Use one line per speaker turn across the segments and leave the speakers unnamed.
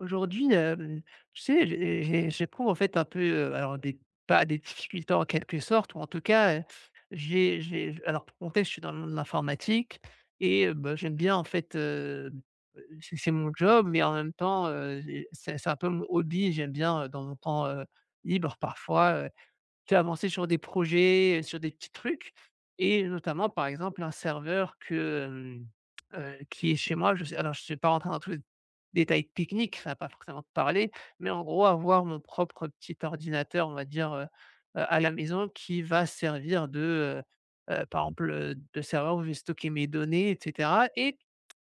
Aujourd'hui, tu sais, j'éprouve en fait un peu, alors des pas des difficultés en quelque sorte, ou en tout cas, j'ai alors, pour contexte, je suis dans le monde de l'informatique, et bah, j'aime bien en fait, c'est mon job, mais en même temps, j'ai c'est un peu mon hobby. J'aime bien, dans mon temps, libre parfois, tu as avancé sur des projets, sur des petits trucs, et notamment, par exemple, un serveur qui est chez moi. Je sais, alors je ne suis pas rentré dans tous les détails techniques, ça va pas forcément te parler, mais en gros, avoir mon propre petit ordinateur, on va dire, à la maison, qui va servir de, par exemple, de serveur, où je vais stocker mes données et cetera, et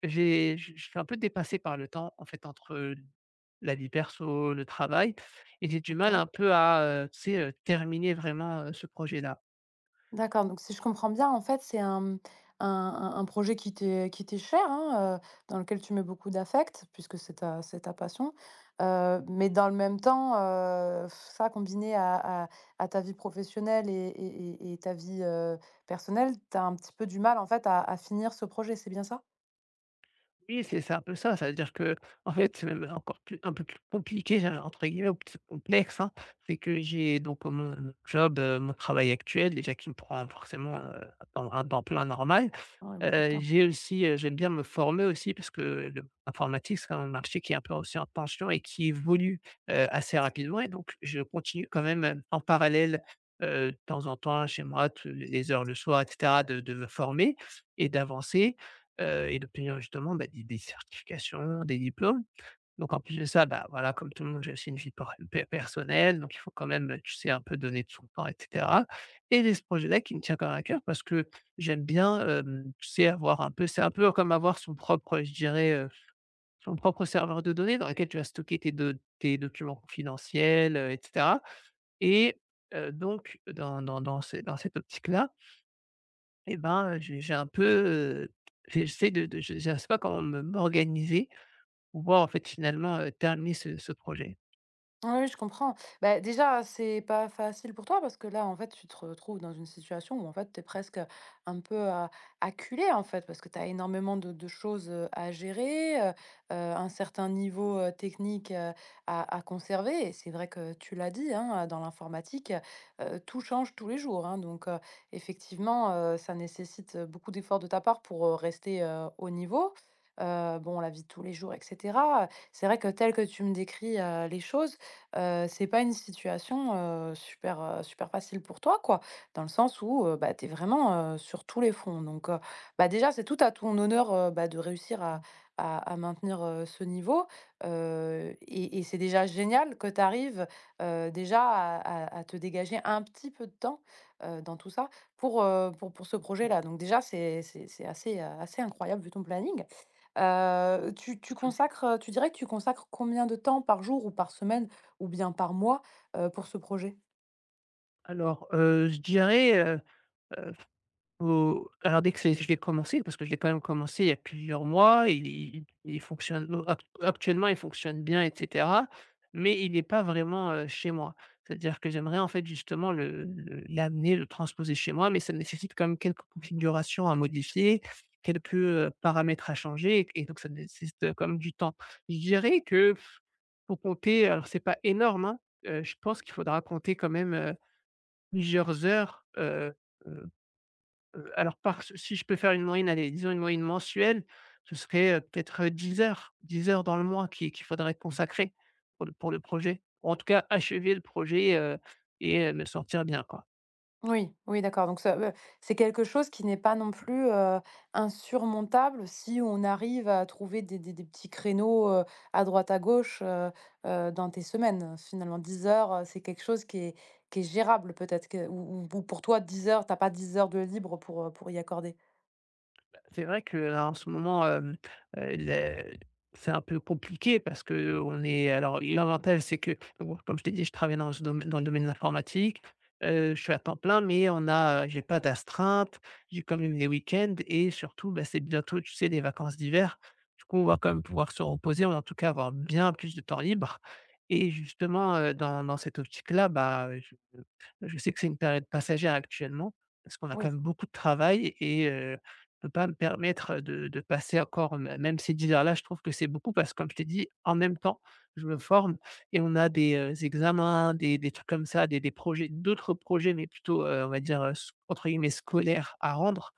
j'ai je suis un peu dépassé par le temps, en fait, entre la vie perso, le travail, et j'ai du mal
D'accord.
un peu à, tu sais, terminer vraiment, ce projet-là.
D'accord, donc si je comprends bien, en fait, c'est un projet qui qui t'est cher, hein, dans lequel tu mets beaucoup d'affect, puisque c'est c'est ta passion. Mais dans le même temps, ça combiné à ta vie professionnelle et ta vie personnelle, tu as un petit peu du mal, en fait, à finir ce projet, c'est bien ça?
Oui, c'est un peu ça. Ça veut dire que en fait, c'est même encore plus, un peu plus «compliqué», j'allais entre guillemets, ou plus complexe, hein. C'est que j'ai donc mon job, mon travail actuel, déjà, qui me prend forcément, un temps plein normal.
Ouais, beaucoup de temps.
J'aime bien me former aussi, parce que le informatique, c'est quand même un marché qui est un peu aussi en tension et qui évolue, assez rapidement, et donc je continue quand même, en parallèle, de temps en temps chez moi, tous les heures le soir et cetera, de me former et d'avancer, et d'obtenir justement, bah, des certifications, des diplômes. Donc en plus de ça, bah, voilà, comme tout le monde, j'ai aussi une vie por pe personnelle, donc il faut quand même, tu sais, un peu donner de son temps et cetera, et j'ai ce projet-là qui me tient quand même à cœur, parce que j'aime bien, tu sais, avoir un peu, c'est un peu comme avoir son propre, je dirais, son propre serveur de données, dans lequel tu vas stocker tes documents confidentiels, et cetera, et donc dans cette optique-là, et ben, j'ai un peu, j'essaie de je ne sais pas comment me m'organiser, pour pouvoir, en fait, finalement, terminer ce projet.
Oui, je comprends. Bah, déjà, c'est pas facile pour toi parce que là, en fait, tu te retrouves dans une situation où en fait, tu es presque un peu acculé en fait parce que tu as énormément de choses à gérer, un certain niveau technique à conserver. Et c'est vrai que tu l'as dit, hein, dans l'informatique, tout change tous les jours, hein. Donc, effectivement, ça nécessite beaucoup d'efforts de ta part pour rester au niveau. Bon, la vie de tous les jours, etc. C'est vrai que tel que tu me décris les choses, c'est pas une situation, super, super facile pour toi, quoi. Dans le sens où, bah, tu es vraiment, sur tous les fronts. Donc, bah, déjà, c'est tout à ton honneur, bah, de réussir à maintenir, ce niveau, et c'est déjà génial que tu arrives, déjà à te dégager un petit peu de temps, dans tout ça pour, pour ce projet-là. Donc déjà, c'est assez, assez incroyable vu ton planning. Tu consacres, tu dirais que tu consacres combien de temps par jour ou par semaine? Ou bien par mois, pour ce projet.
Alors, je dirais, heu, faut, alors dès que c'est je l'ai commencé, parce que je l'ai quand même commencé il y a plusieurs mois, il fonctionne ac actuellement, il fonctionne bien et cetera, mais il n'est pas vraiment, chez moi. C'est-à-dire que j'aimerais en fait justement le l'amener, le transposer chez moi, mais ça nécessite quand même quelques configurations à modifier, quelques, paramètres à changer, et donc ça nécessite, quand même du temps. Je dirais que, pour compter, alors c'est pas énorme, hein, je pense qu'il faudra compter quand même, plusieurs heures, heu alors par si je peux faire une moyenne, allez, disons une moyenne mensuelle, ce serait, peut-être, 10 heures, 10 heures dans le mois qui qu'il faudrait consacrer pour le projet. Ou en tout cas achever le projet, et me sortir bien, quoi.
Oui, oui, d'accord, donc ça, c'est quelque chose qui n'est pas non plus, insurmontable si on arrive à trouver des petits créneaux, à droite à gauche, dans tes semaines. Finalement 10 heures, c'est quelque chose qui est gérable peut-être que ou pour toi 10 heures, t'as pas 10 heures de libre pour y accorder?
C'est vrai que là, en ce moment, le c'est un peu compliqué, parce que on est, alors l'avantage, c'est que, bon, comme je t'ai dit, je travaille dans le domaine de l'informatique, je suis à temps plein, mais j'ai pas d'astreinte, j'ai quand même des week-ends, et surtout, bah, c'est bientôt, tu sais, les vacances d'hiver. Du coup, on va quand même pouvoir se reposer, ou en tout cas avoir bien plus de temps libre, et justement, dans cette optique-là, bah, je sais que c'est une période passagère actuellement, parce qu'on a quand
Oui.
même beaucoup de travail, et je ne peux pas me permettre de passer encore mê même ces 10 heures-là. Je trouve que c'est beaucoup parce que, comme je t'ai dit, en même temps, je me forme, et on a des, examens, des trucs comme ça, des projets d'autres projets, mais plutôt, on va dire, sc entre guillemets «scolaires» à rendre.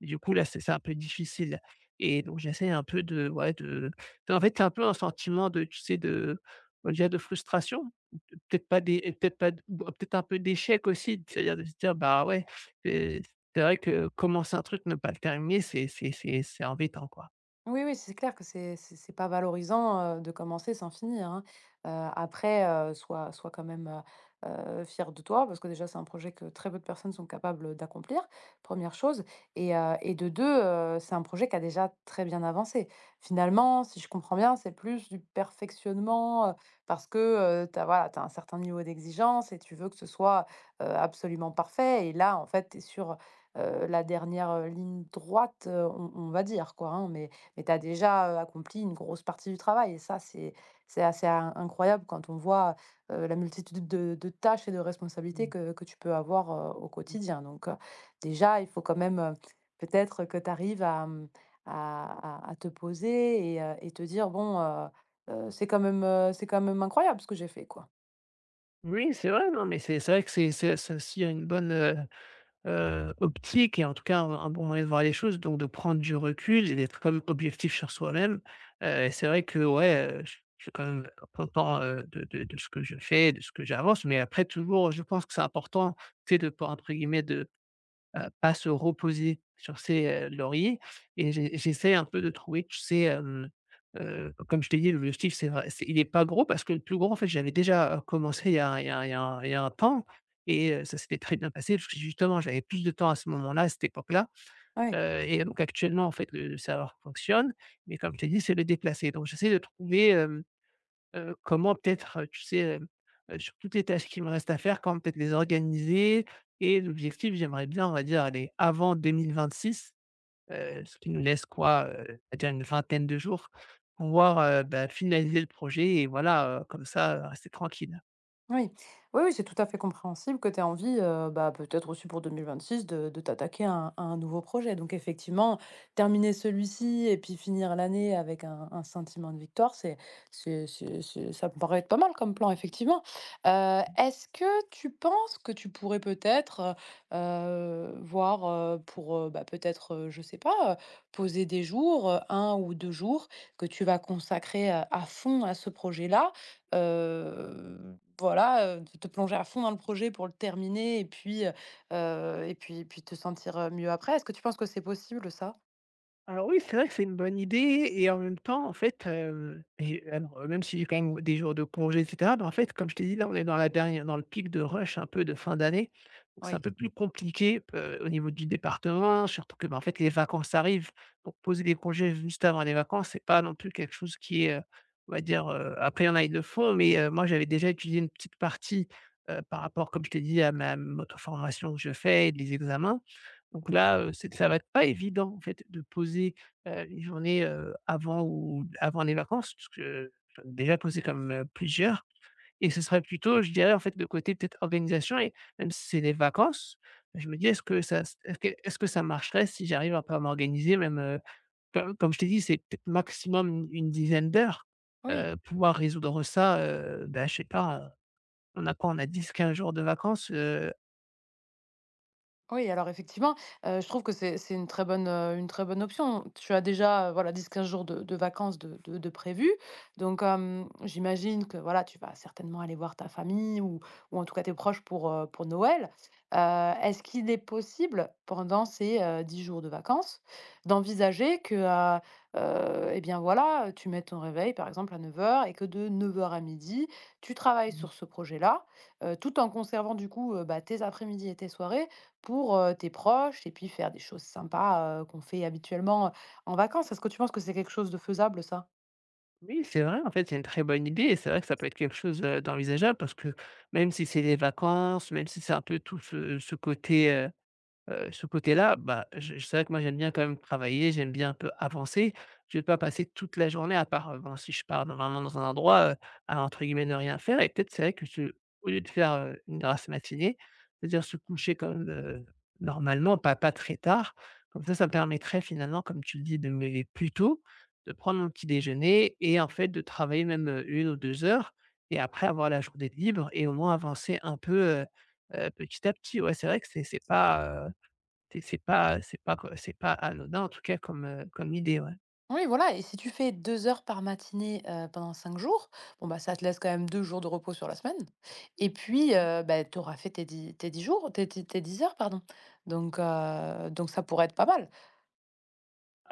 Du coup, là, c'est un peu difficile, et donc j'essaie un peu de, ouais, de, en fait, c'est un peu un sentiment de, tu sais, de, on dirait, de frustration, peut-être pas, des et peut-être pas d peut-être un peu d'échec aussi, c'est-à-dire de se dire: «Bah, ouais, c'est c'est vrai que commencer un truc, ne pas le terminer, c'est embêtant, quoi».
Oui, oui, c'est clair que c'est pas valorisant, de commencer sans finir, hein. Après, sois quand même, fier de toi parce que déjà, c'est un projet que très peu de personnes sont capables d'accomplir, première chose et de 2 c'est un projet qui a déjà très bien avancé. Finalement, si je comprends bien, c'est plus du perfectionnement, parce que, tu as voilà, t'as un certain niveau d'exigence et tu veux que ce soit, absolument parfait et là, en fait, tu es sur, la dernière, ligne droite, on va dire quoi, hein, mais tu as déjà, accompli une grosse partie du travail et ça, c'est assez in incroyable quand on voit, la multitude de tâches et de responsabilités
Mmh.
que tu peux avoir, au
Mh.
quotidien. Donc, déjà, il faut quand même, peut-être que tu arrives à, à te poser et te dire: «Bon, c'est quand même incroyable ce que j'ai fait, quoi».
Oui, c'est vrai, non, mais c'est vrai que c'est ça aussi une bonne, optique, et en tout cas, un bon moyen de voir les choses, donc de prendre du recul et d'être comme objectif sur soi-même. Et c'est vrai que, ouais, je suis quand même content, de ce que je fais, de ce que j'avance, mais après toujours, je pense que c'est important, tu sais, de pas, entre guillemets, de pas se reposer sur ses, lauriers, et j'essaie un peu de trouver, tu sais, comme je t'ai dit, l'objectif, c'est vrai c'est il est pas gros, parce que le plus gros, en fait, j'avais déjà, commencé il y a il y a il y a un il y a un temps, et ça s'était très bien passé parce que justement, j'avais plus de temps à ce moment-là, à cette époque-là,
Ouais.
et donc actuellement, en fait, le serveur fonctionne, mais comme je t'ai dit, c'est le déplacer, donc j'essaie de trouver, comment peut-être, tu sais, sur toutes les tâches qui me restent à faire, comment peut-être les organiser? Et l'objectif, j'aimerais bien, on va dire, aller avant 2026, ce qui nous laisse, quoi, on va dire, une vingtaine de jours, pour pouvoir, bah, finaliser le projet, et voilà, comme ça, rester tranquille.
Oui. Oui, oui, c'est tout à fait compréhensible que tu aies envie, bah, peut-être aussi pour 2026 de t'attaquer à un nouveau projet. Donc effectivement, terminer celui-ci et puis finir l'année avec un sentiment de victoire, c'est ça me paraît être pas mal comme plan, effectivement. Est-ce que tu penses que tu pourrais peut-être, heu voir, pour, bah, peut-être, je sais pas, poser des jours, 1 ou 2 jours que tu vas consacrer, à fond à ce projet-là? Voilà, de te plonger à fond dans le projet pour le terminer et puis, et puis te sentir, mieux après. Est-ce que tu penses que c'est possible ça?
Alors oui, c'est vrai que c'est une bonne idée, et en même temps, en fait, et alors, même si j'ai quand même des jours de congé et cetera, mais en fait, comme je t'ai dit, là, on est dans le pic de rush un peu de fin d'année, donc c'est
Oui.
un peu plus compliqué, au niveau du département, surtout que, ben en fait, les vacances arrivent, donc poser des congés juste avant les vacances, c'est pas non plus quelque chose qui est, on va dire, après, il y en a, ils le font, mais moi, j'avais déjà étudié une petite partie, par rapport, comme je t'ai dit, à ma m formation que je fais et les examens, donc là, c'est ça va être pas évident en fait de poser, une journée, avant les vacances, parce que j'en ai déjà posé comme même, plusieurs, et ce serait plutôt, je dirais, en fait, le côté peut-être organisation, et même si c'est des vacances, je me dis: «Est-ce que ça marcherait si j'arrive un peu à m'organiser?» Même, comme je t'ai dit, c'est peut-être maximum une dizaine d'heures,
Oui.
pouvoir résoudre ça, bah, je sais pas, on a quoi? On a 10 15 jours de vacances,
Oui, alors effectivement, je trouve que c'est une très bonne option. Tu as déjà, voilà 10 à 15 jours de vacances de prévus, donc j'imagine que voilà, tu vas certainement aller voir ta famille ou en tout cas tes proches pour Noël. Heu, Est-ce qu'il est possible pendant ces, 10 jours de vacances d'envisager que, et bien voilà, tu mettes ton réveil par exemple à 9 heures et que de 9 heures à midi tu travailles sur ce projet-là, tout en conservant du coup, bah, tes après-midi et tes soirées pour, tes proches et puis faire des choses sympas, qu'on fait habituellement, en vacances. Est-ce que tu penses que c'est quelque chose de faisable ça?
Oui, c'est vrai, en fait, c'est une très bonne idée, et c'est vrai que ça peut être quelque chose, d'envisageable, parce que même si c'est les vacances, même si c'est un peu tout ce côté-là, bah, c'est vrai que moi, j'aime bien quand même travailler, j'aime bien un peu avancer. Je ne vais pas passer toute la journée à part, bon, si je pars dans vraiment dans un endroit, à, entre guillemets, «ne rien faire», et peut-être c'est vrai que je au lieu de faire, une grasse matinée, c'est-à-dire se coucher quand même, normalement, pas très tard. Comme ça me permettrait finalement, comme tu le dis, de me lever plus tôt, de prendre mon petit déjeuner, et en fait de travailler même, 1 ou deux heures, et après avoir la journée libre et au moins avancer un peu, petit à petit. Ouais, c'est vrai que c'est pas, c'est pas c'est pas c'est pas anodin en tout cas, comme, comme idée, ouais.
Oui, voilà et si tu fais 2 heures par matinée, pendant 5 jours, bon, bah, ça te laisse quand même 2 jours de repos sur la semaine et puis,
Mmh.
bah, tu auras fait tes 10 jours, tes tes tes 10 heures, pardon. Donc ça pourrait être pas mal.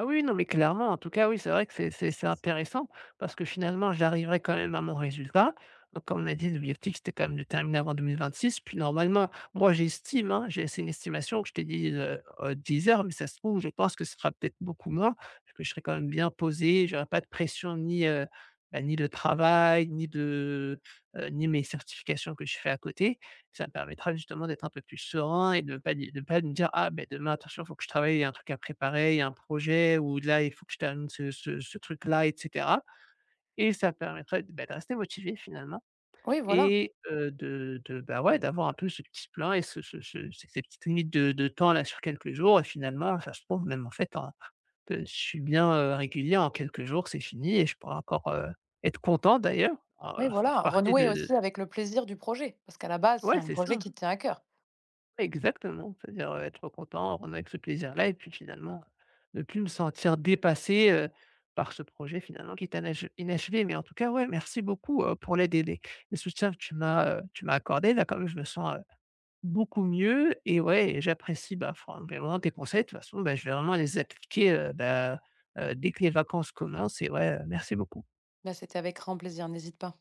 Ah oui, non, mais clairement, en tout cas, oui, c'est vrai que c'est intéressant, parce que finalement j'arriverai quand même à mon résultat. Donc comme on a dit, l'objectif, c'était quand même de terminer avant 2026, puis normalement, moi, j'estime, hein, j'ai c'est une estimation que je t'ai dit, 10 heures, mais ça se trouve, je pense que ce sera peut-être beaucoup moins, parce que je serai quand même bien posé, j'aurai pas de pression, ni, bah, ni de travail, ni de, ni mes certifications que je fais à côté. Ça me permettra justement d'être un peu plus serein et de pas me dire: «Ah ben, demain attention, il faut que je travaille, il y a un truc à préparer, il y a un projet, ou là, il faut que je termine ce truc-là», et cetera, et ça permettrait de, bah, de rester motivé finalement,
Oui, voilà,
et de, bah, ouais, d'avoir un peu ce petit plan, et ce ce ce ces ces petites limites de temps là sur quelques jours, et finalement, ça se trouve, même en fait en je suis bien, régulier, en quelques jours, c'est fini, et je pourrais encore, être content d'ailleurs, en,
oui, voilà,
partie
renouer
de
aussi avec le plaisir du projet parce qu'à la base, c'est
ouais,
un
c'est ça.
projet
Hein.
qui te tient à cœur.
Exactement, c'est-à-dire, être content, on avec ce plaisir-là, et puis finalement, ne plus me sentir dépassé, par ce projet finalement qui est inachevé. Mais en tout cas, ouais, merci beaucoup, pour l'aide et les le soutien que tu m'as accordé. Là, quand même, je me sens, beaucoup mieux, et ouais, et j'apprécie, bah, enfin, vraiment tes conseils. De toute façon, bah, je vais vraiment les appliquer, dès que les vacances commencent, et ouais, merci beaucoup.
Là c'était avec grand plaisir, n'hésite pas.